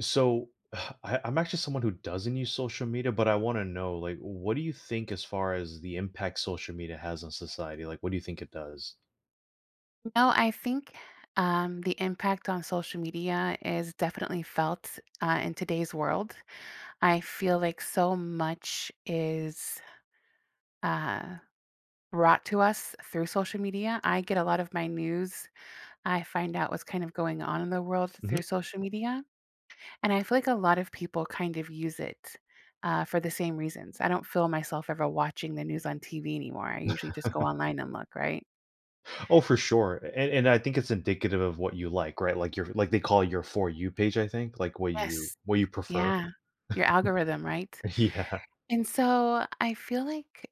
So I'm actually someone who doesn't use social media, but I want to know, like, what do you think as far as the impact social media has on society? Like, what do you think it does? No, I think the impact on social media is definitely felt in today's world. I feel like so much is uh, brought to us through social media. I get a lot of my news. I find out what's kind of going on in the world Mhm. through social media. And I feel like a lot of people kind of use it for the same reasons. I don't feel myself ever watching the news on TV anymore. I usually just go online and look, right? Oh, for sure, and I think it's indicative of what you like, right? Like your like they call it your for you page. I think like what you Yes. what you prefer. Yeah. Your algorithm, right? Yeah. And so I feel like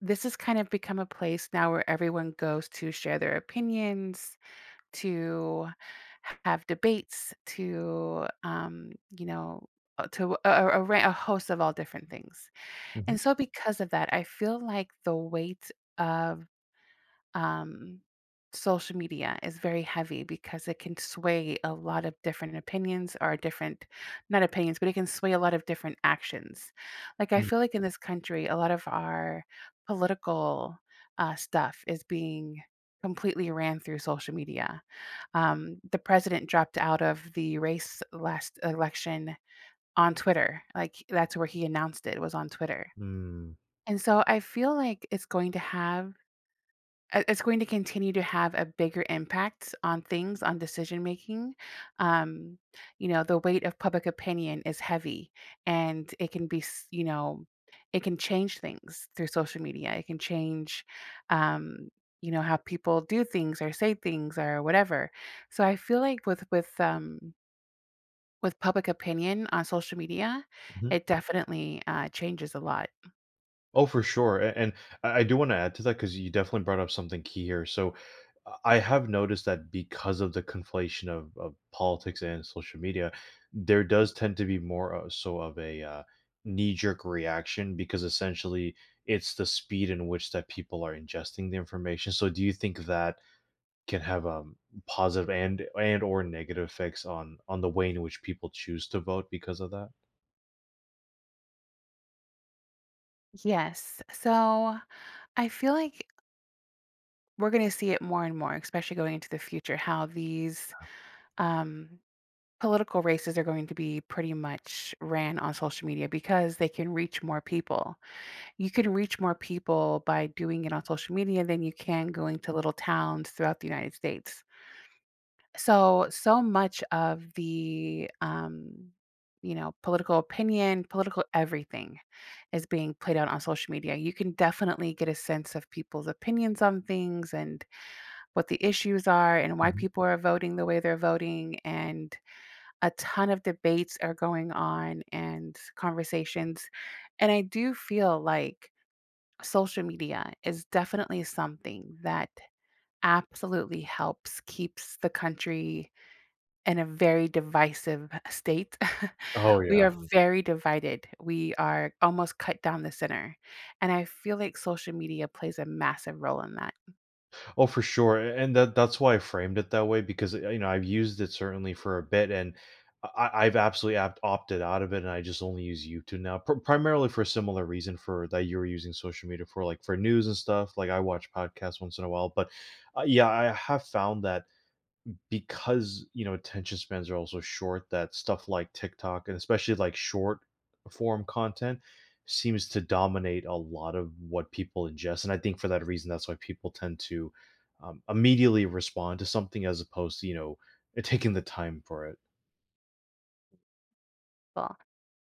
this has kind of become a place now where everyone goes to share their opinions, to have debates, to, you know, to a host of all different things. And so because of that, I feel like the weight of um, social media is very heavy because it can sway a lot of different opinions or different, not opinions, but it can sway a lot of different actions. Like, I feel like in this country, a lot of our political stuff is being completely ran through social media. The president dropped out of the race last election on Twitter. Like, that's where he announced it was on Twitter. Mm-hmm. And so I feel like it's going to have it's going to continue to have a bigger impact on things, on decision making, um you know, the weight of public opinion is heavy, and it can be it can change things through social media. It can change, um you know, how people do things or say things or whatever. So I feel like with with public opinion on social media, it definitely changes a lot. Oh, for sure. And I do want to add to that because you definitely brought up something key here. So I have noticed that because of the conflation of politics and social media, there does tend to be more so of a knee jerk reaction because essentially it's the speed in which that people are ingesting the information. So do you think that can have positive and or negative effects on the way in which people choose to vote because of that? Yes. So I feel like we're going to see it more and more, especially going into the future, how these um, political races are going to be pretty much ran on social media because they can reach more people. You can reach more people by doing it on social media than you can going to little towns throughout the United States. So, so much of the, you know, political opinion, political everything is being played out on social media. You can definitely get a sense of people's opinions on things and what the issues are and why Mhm. people are voting the way they're voting. And a ton of debates are going on, and conversations. And I do feel like social media is definitely something that absolutely helps keeps the country in a very divisive state. Oh We are yeah. Mhm. very divided. We are almost cut down the center, and I feel like social media plays a massive role in that. Oh, for sure, and that that's why I framed it that way because you know I've used it certainly for a bit, and I've absolutely opted out of it, and I just only use YouTube now, primarily for a similar reason for that you were using social media for, like for news and stuff. Like I watch podcasts once in a while, but yeah, I have found that because, you know, attention spans are also short, that stuff like TikTok and especially like short form content seems to dominate a lot of what people ingest. And I think for that reason, that's why people tend to immediately respond to something as opposed to, you know, taking the time for it. Well,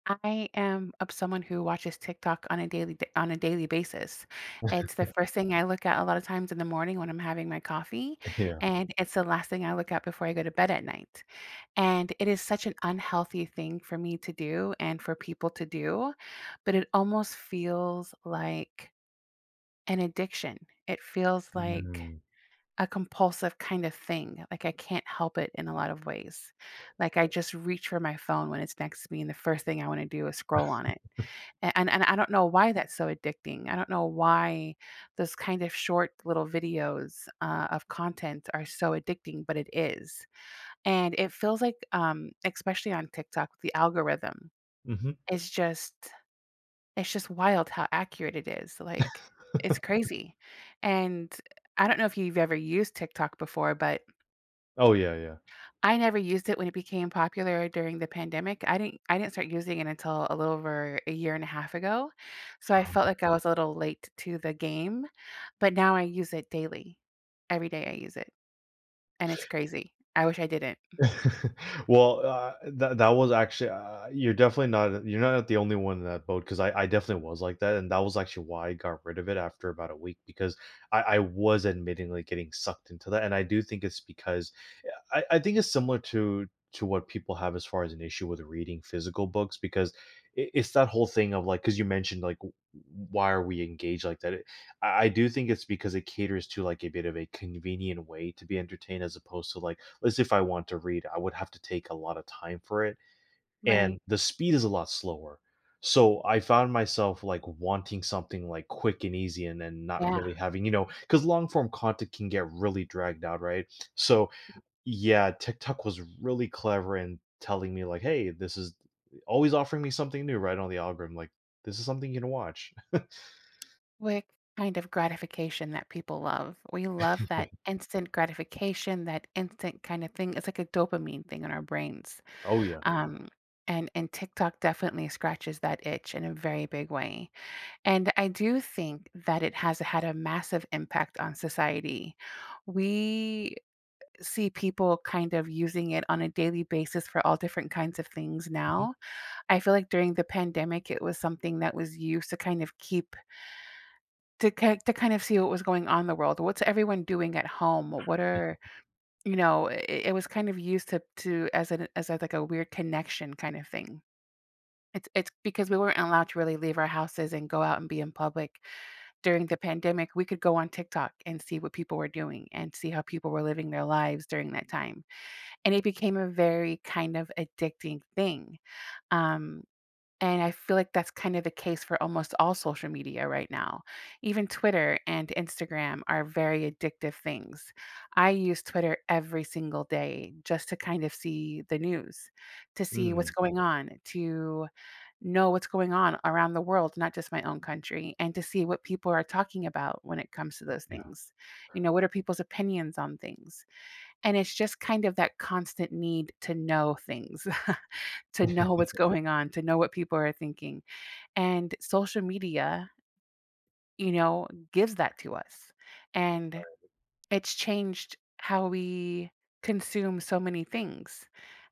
I am of someone who watches TikTok on a daily basis. It's the first thing I look at a lot of times in the morning when I'm having my coffee, Yeah. and it's the last thing I look at before I go to bed at night. And it is such an unhealthy thing for me to do and for people to do, but it almost feels like an addiction. It feels like Mm. a compulsive kind of thing. Like I can't help it in a lot of ways. Like I just reach for my phone when it's next to me, and the first thing I want to do is scroll on it. And I don't know why that's so addicting. I don't know why those kind of short little videos of content are so addicting, but it is. And it feels like, especially on TikTok, the algorithm Hmm. is just it's just wild how accurate it is, like, it's crazy. And I don't know if you've ever used TikTok before, but Oh, yeah. I never used it when it became popular during the pandemic. I didn't start using it until a little over a year and a half ago, so I Yeah. felt like I was a little late to the game, but now I use it daily. Every day I use it, and it's crazy. I wish I didn't. Well, that that was actually you're definitely not you're not the only one in that boat because I definitely was like that, and that was actually why I got rid of it after about a week because I was admittingly getting sucked into that, and I do think it's because I think it's similar to what people have as far as an issue with reading physical books because it's that whole thing of like because you mentioned like why are we engaged like that? I do think it's because it caters to like a bit of a convenient way to be entertained as opposed to like as if I want to read, I would have to take a lot of time for it, and Right. the speed is a lot slower. So I found myself like wanting something like quick and easy and then not Yeah. really having, you know, because long form content can get really dragged out, right? So yeah, TikTok was really clever in telling me like, hey, this is always offering me something new right on the algorithm. Like this is something you can watch. What kind of gratification that people love. We love that instant gratification, that instant kind of thing. It's like a dopamine thing in our brains. Oh yeah. Um, and TikTok definitely scratches that itch in a very big way. And I do think that it has had a massive impact on society. We see people kind of using it on a daily basis for all different kinds of things Mhm. now. I feel like during the pandemic, it was something that was used to kind of keep to kind of see what was going on in the world. What's everyone doing at home? What are you know, it was kind of used to as an as a like a weird connection kind of thing. It's because we weren't allowed to really leave our houses and go out and be in public. During the pandemic, we could go on TikTok and see what people were doing and see how people were living their lives during that time, and it became a very kind of addicting thing. Um and I feel like that's kind of the case for almost all social media right now. Even Twitter and Instagram are very addictive things. I use Twitter every single day just to kind of see the news, to see what's Mm, going on, to know what's going on around the world, not just my own country, and to see what people are talking about when it comes to those yeah. things. You know, what are people's opinions on things? And it's just kind of that constant need to know things, to know what's going on, to know what people are thinking, and social media, you know, gives that to us. And it's changed how we consume so many things.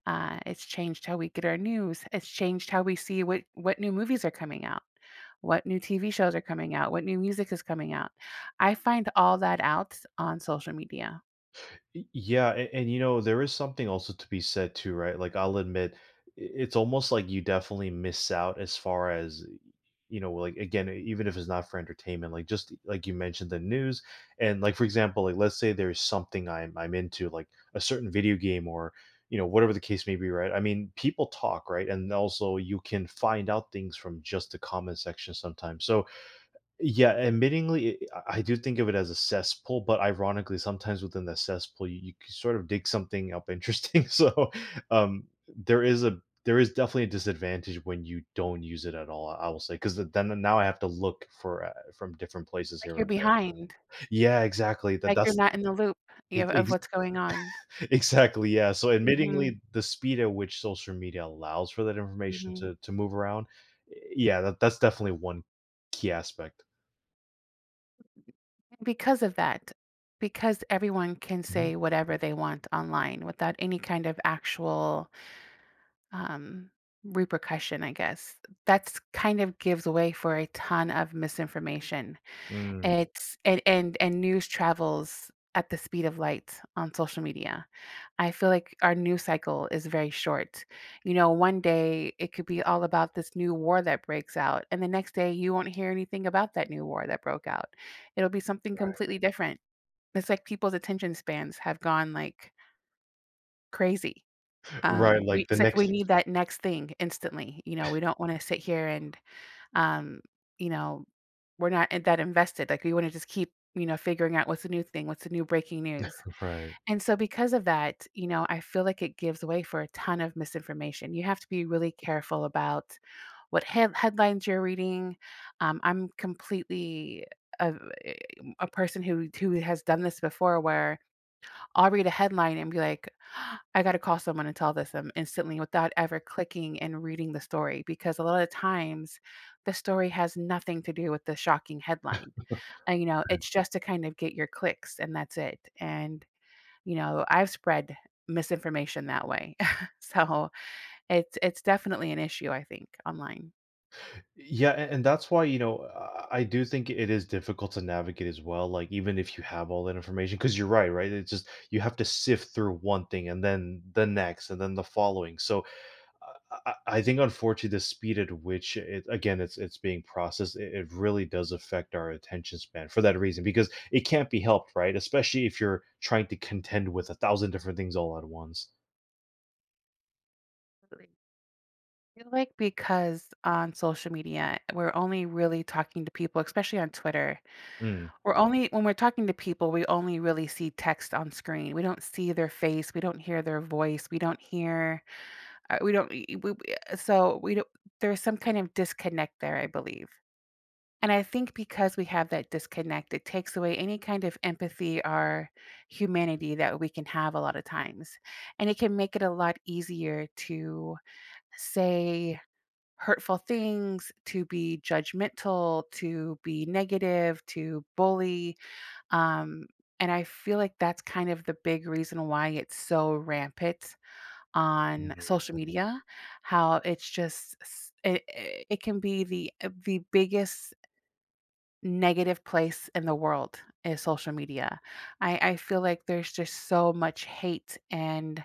It's changed how we get our news. It's changed how we see what new movies are coming out, what new TV shows are coming out, what new music is coming out. I find all that out on social media. Yeah, and you know, there is something also to be said too, right? Like I'll admit, it's almost like you definitely miss out as far as you know, like again, even if it's not for entertainment, like just like you mentioned the news, and like for example, like let's say there's something I'm into, like a certain video game or you know whatever the case may be, right? I mean, people talk, right, and also you can find out things from just the comment section sometimes. So yeah, admittingly, I do think of it as a cesspool, but ironically, sometimes within the cesspool, you sort of dig something up interesting. So, there is a there is definitely a disadvantage when you don't use it at all. I will say because then now I have to look for from different places Like here you're and there. behind, Yeah, exactly. That like you're that's not in the loop, e- yeah, of ex- what's going on. exactly yeah. So, Mhm, admittingly, the speed at which social media allows for that information mhm. To move around, yeah, that's definitely one key aspect. Because of that, because everyone can Mhm. say whatever they want online without any kind of actual, um, repercussion, I guess. That's kind of gives way for a ton of misinformation. Mm. It's and news travels at the speed of light on social media. I feel like our news cycle is very short. You know, one day it could be all about this new war that breaks out, and the next day you won't hear anything about that new war that broke out. It'll be something completely different. It's like people's attention spans have gone, like, crazy. Right, We like the it's like we next need extra that next thing instantly, you know, we don't wanna sit here and um, you know, we're not in- that invested. Like we want to just keep, you know, figuring out what's the new thing, what's the new breaking news. right. And so because of that, you know, I feel like it gives way for a ton of misinformation. You have to be really careful about what headlines you're reading. I'm completely a, a person who has done this before where I'll read a headline and be like, I got to call someone and tell this them instantly without ever clicking and reading the story, because a lot of times the story has nothing to do with the shocking headline. And, you know, it's just to kind of get your clicks, and that's it. And, you know, I've spread misinformation that way. So it's definitely an issue, I think, online. Yeah, and that's why, you know, I do think it is difficult to navigate as well, like, even if you have all that information, because 'cause you're right, right? It's just you have to sift through one thing and then the next and then the following. So, I think unfortunately the speed at which it again, it's being processed, it really does affect our attention span for that reason because it can't be helped, right? Especially if you're trying to contend with a thousand different things all at once. Absolutely. I feel like because on social media, we're only really talking to people, especially on Twitter. Mm. We're only When we're talking to people, we only really see text on screen. We don't see their face, we don't hear their voice, we don't hear, we don't we so we don't, there's some kind of disconnect there, I believe. And I think because we have that disconnect, it takes away any kind of empathy or humanity that we can have a lot of times. And it can make it a lot easier to say hurtful things, to be judgmental, to be negative, to bully, um, and I feel like that's kind of the big reason why it's so rampant on Mhm. social media, how it's just it, it can be the biggest negative place in the world is social media. I feel like there's just so much hate and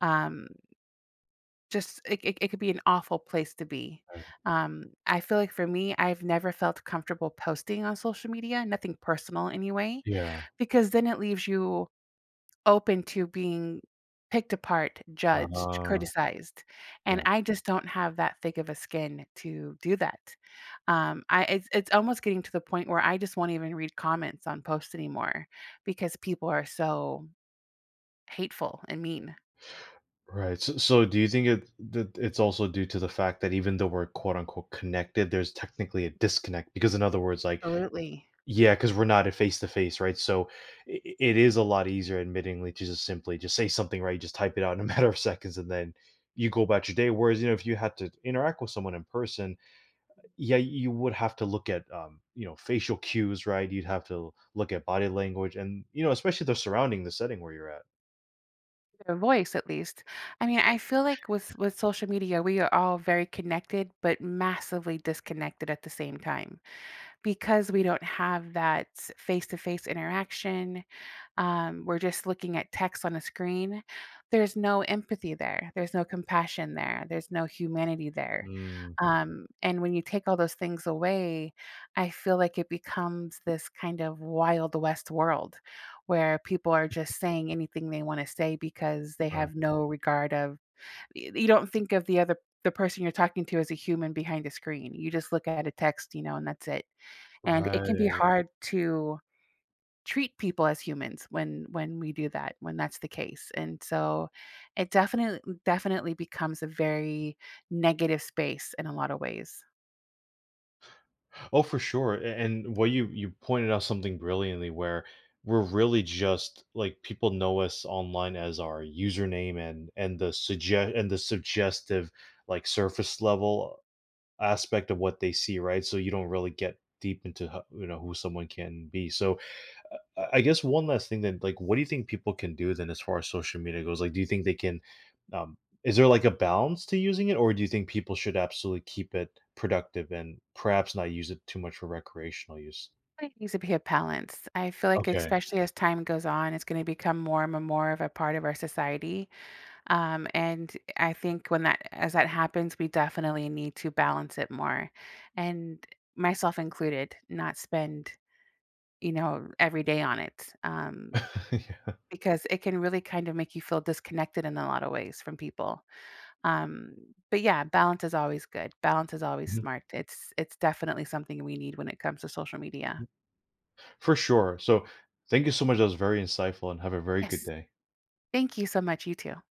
um, just it could be an awful place to be. Right. I feel like for me, I've never felt comfortable posting on social media, nothing personal anyway, Yeah. because then it leaves you open to being picked apart, judged, Ah, criticized, and yeah. I just don't have that thick of a skin to do that. I it's almost getting to the point where I just won't even read comments on posts anymore because people are so hateful and mean. Right. So, so do you think it that it's also due to the fact that even though we're quote unquote connected, there's technically a disconnect? Because in other words, like Absolutely. yeah, because we're not face to face, right? So it is a lot easier, admittingly, to just simply just say something, right? Just type it out in a matter of seconds, and then you go about your day. Whereas you know, if you had to interact with someone in person, yeah, you would have to look at you know facial cues, right? You'd have to look at body language, and you know, especially the surrounding, the setting where you're at. Their voice at least. I mean, I feel like with social media, we are all very connected, but massively disconnected at the same time because we don't have that face-to-face interaction. We're just looking at text on a screen. There's no empathy there. There's no compassion there. There's no humanity there. Mm. And when you take all those things away, I feel like it becomes this kind of wild west world where people are just saying anything they want to say because they Right. have no regard of you don't think of the other, the person you're talking to, as a human behind a screen. You just look at a text, you know, and that's it. And it can be Right. hard to treat people as humans when we do that, when that's the case. And so it definitely becomes a very negative space in a lot of ways. Oh, for sure. And what you pointed out something brilliantly where we're really just like people know us online as our username and the suggest and the suggestive like surface level aspect of what they see, right? So you don't really get deep into you know who someone can be. So I guess one last thing then, like, what do you think people can do then as far as social media goes? Like, do you think they can, um, is there like a balance to using it, or do you think people should absolutely keep it productive and perhaps not use it too much for recreational use? It needs to be a balance. I feel like Okay. especially as time goes on, it's going to become more and more of a part of our society. And I think when that as that happens, we definitely need to balance it more, and myself included, not spend, you know, every day on it. Yeah. Because it can really kind of make you feel disconnected in a lot of ways from people. Um, but yeah, balance is always good. Balance is always Mhm. smart. It's definitely something we need when it comes to social media. For sure. So thank you so much. That was very insightful and have a very good Yes. day. Thank you so much. You too.